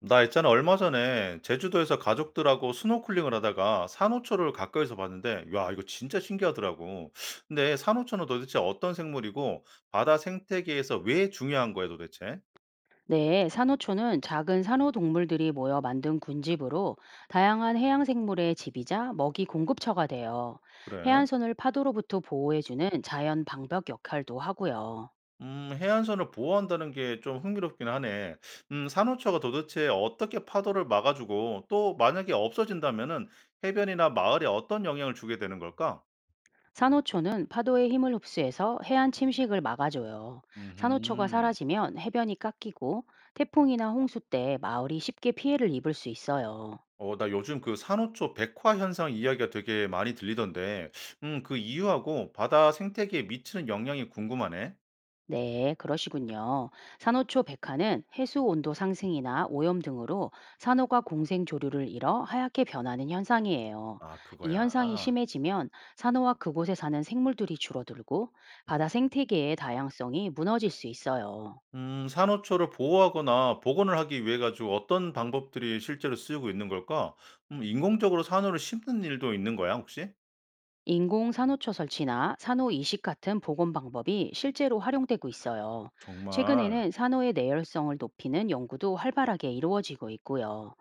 나 있잖아 얼마 전에 제주도에서 가족들하고 스노클링을 하다가 산호초를 가까이서 봤는데 야 이거 진짜 신기하더라고. 근데 산호초는 도대체 어떤 생물이고 바다 생태계에서 왜 중요한 거야 도대체? 네, 산호초는 작은 산호동물들이 모여 만든 군집으로 다양한 해양생물의 집이자 먹이 공급처가 돼요. 그래? 해안선을 파도로부터 보호해주는 자연 방벽 역할도 하고요. 해안선을 보호한다는 게 좀 흥미롭긴 하네. 산호초가 도대체 어떻게 파도를 막아주고 또 만약에 없어진다면은 해변이나 마을에 어떤 영향을 주게 되는 걸까? 산호초는 파도의 힘을 흡수해서 해안 침식을 막아줘요. 산호초가 음. 사라지면 해변이 깎이고 태풍이나 홍수 때 마을이 쉽게 피해를 입을 수 있어요. 어 나 요즘 그 산호초 백화 현상 이야기가 되게 많이 들리던데, 그 이유하고 바다 생태계에 미치는 영향이 궁금하네. 네, 그러시군요. 산호초 백화는 해수 온도 상승이나 오염 등으로 산호가 공생 조류를 잃어 하얗게 변하는 현상이에요. 아 이 그거야. 현상이 심해지면 산호와 그곳에 사는 생물들이 줄어들고 바다 생태계의 다양성이 무너질 수 있어요. 산호초를 보호하거나 복원을 하기 위해 가지고 어떤 방법들이 실제로 쓰이고 있는 걸까? 인공적으로 산호를 심는 일도 있는 거야, 혹시? 인공 산호초 설치나 산호 이식 같은 복원 방법이 실제로 활용되고 있어요. 정말 최근에는 산호의 내열성을 높이는 연구도 활발하게 이루어지고 있고요.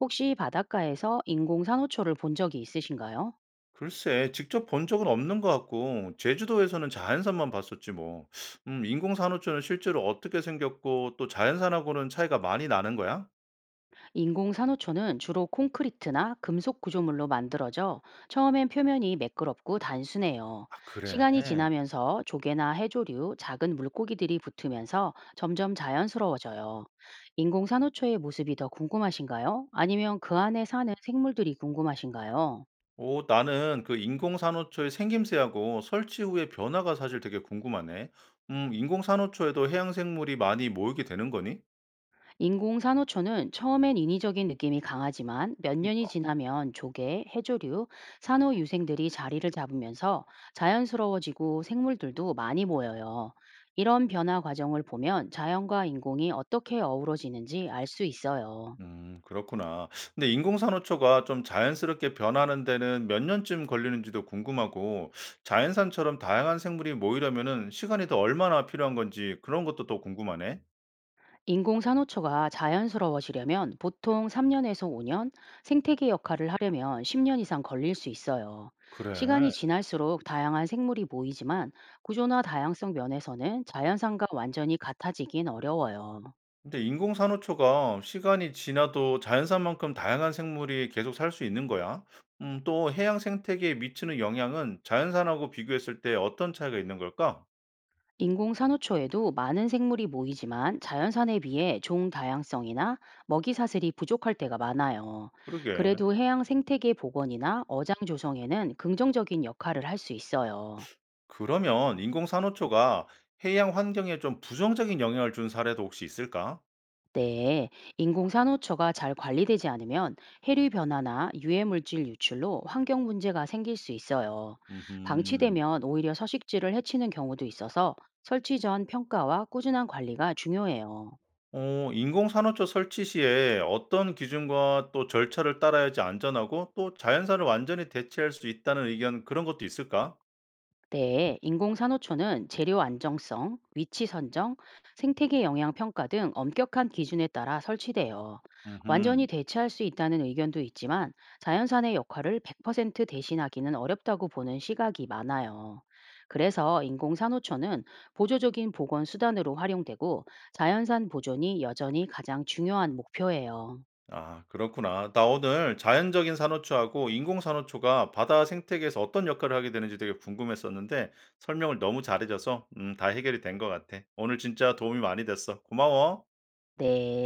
혹시 바닷가에서 인공 산호초를 본 적이 있으신가요? 글쎄 직접 본 적은 없는 것 같고 제주도에서는 자연산만 봤었지 뭐. 인공 산호초는 실제로 어떻게 생겼고 또 자연산하고는 차이가 많이 나는 거야? 인공 산호초는 주로 콘크리트나 금속 구조물로 만들어져 처음엔 표면이 매끄럽고 단순해요. 아 시간이 그래. 지나면서 조개나 해조류, 작은 물고기들이 붙으면서 점점 자연스러워져요. 인공 산호초의 모습이 더 궁금하신가요? 아니면 그 안에 사는 생물들이 궁금하신가요? 오, 나는 그 인공산호초의 생김새하고 설치 후의 변화가 사실 되게 궁금하네. 인공산호초에도 해양생물이 많이 모이게 되는 거니? 인공 산호초는 처음엔 인위적인 느낌이 강하지만 몇 년이 그러니까. 지나면 조개, 해조류, 산호 유생들이 자리를 잡으면서 자연스러워지고 생물들도 많이 모여요. 이런 변화 과정을 보면 자연과 인공이 어떻게 어우러지는지 알 수 있어요. 그렇구나. 근데 인공산호초가 좀 자연스럽게 변하는 데는 몇 년쯤 걸리는지도 궁금하고, 자연산처럼 다양한 생물이 모이려면은 시간이 더 얼마나 필요한 건지 그런 것도 또 궁금하네. 인공 산호초가 자연스러워지려면 보통 3년에서 5년, 생태계 역할을 하려면 10년 이상 걸릴 수 있어요. 시간이 그래. 지날수록 다양한 생물이 모이지만 구조나 다양성 면에서는 자연산과 완전히 같아지긴 어려워요. 근데 인공산호초가 시간이 지나도 자연산만큼 다양한 생물이 계속 살 수 있는 거야? 또 해양 생태계에 미치는 영향은 자연산하고 비교했을 때 어떤 차이가 있는 걸까? 인공 산호초에도 많은 생물이 모이지만 자연산에 비해 종 다양성이나 먹이 사슬이 부족할 때가 많아요. 그러게. 그래도 해양 생태계 복원이나 어장 조성에는 긍정적인 역할을 할 수 있어요. 그러면 인공산호초가 해양 환경에 좀 부정적인 영향을 준 사례도 혹시 있을까? 네, 인공산호초가 잘 관리되지 않으면 해류 변화나 유해물질 유출로 환경 문제가 생길 수 있어요. 음. 방치되면 오히려 서식지를 해치는 경우도 있어서 설치 전 평가와 꾸준한 관리가 중요해요. 어, 인공산호초 설치 시에 어떤 기준과 또 절차를 따라야지 안전하고 또 자연산을 완전히 대체할 수 있다는 의견 그런 것도 있을까? 네, 인공산호초는 재료 안정성, 위치 선정, 생태계 영향 평가 등 엄격한 기준에 따라 설치돼요. 완전히 음. 대체할 수 있다는 의견도 있지만 자연산의 역할을 100% 대신하기는 어렵다고 보는 시각이 많아요. 그래서 인공산호초는 보조적인 보건 수단으로 활용되고 자연산 보존이 여전히 가장 중요한 목표예요. 아, 그렇구나. 나 오늘 자연적인 산호초하고 인공 산호초가 바다 생태계에서 어떤 역할을 하게 되는지 되게 궁금했었는데 설명을 너무 잘해줘서 다 해결이 된 것 같아. 오늘 진짜 도움이 많이 됐어. 고마워. 네.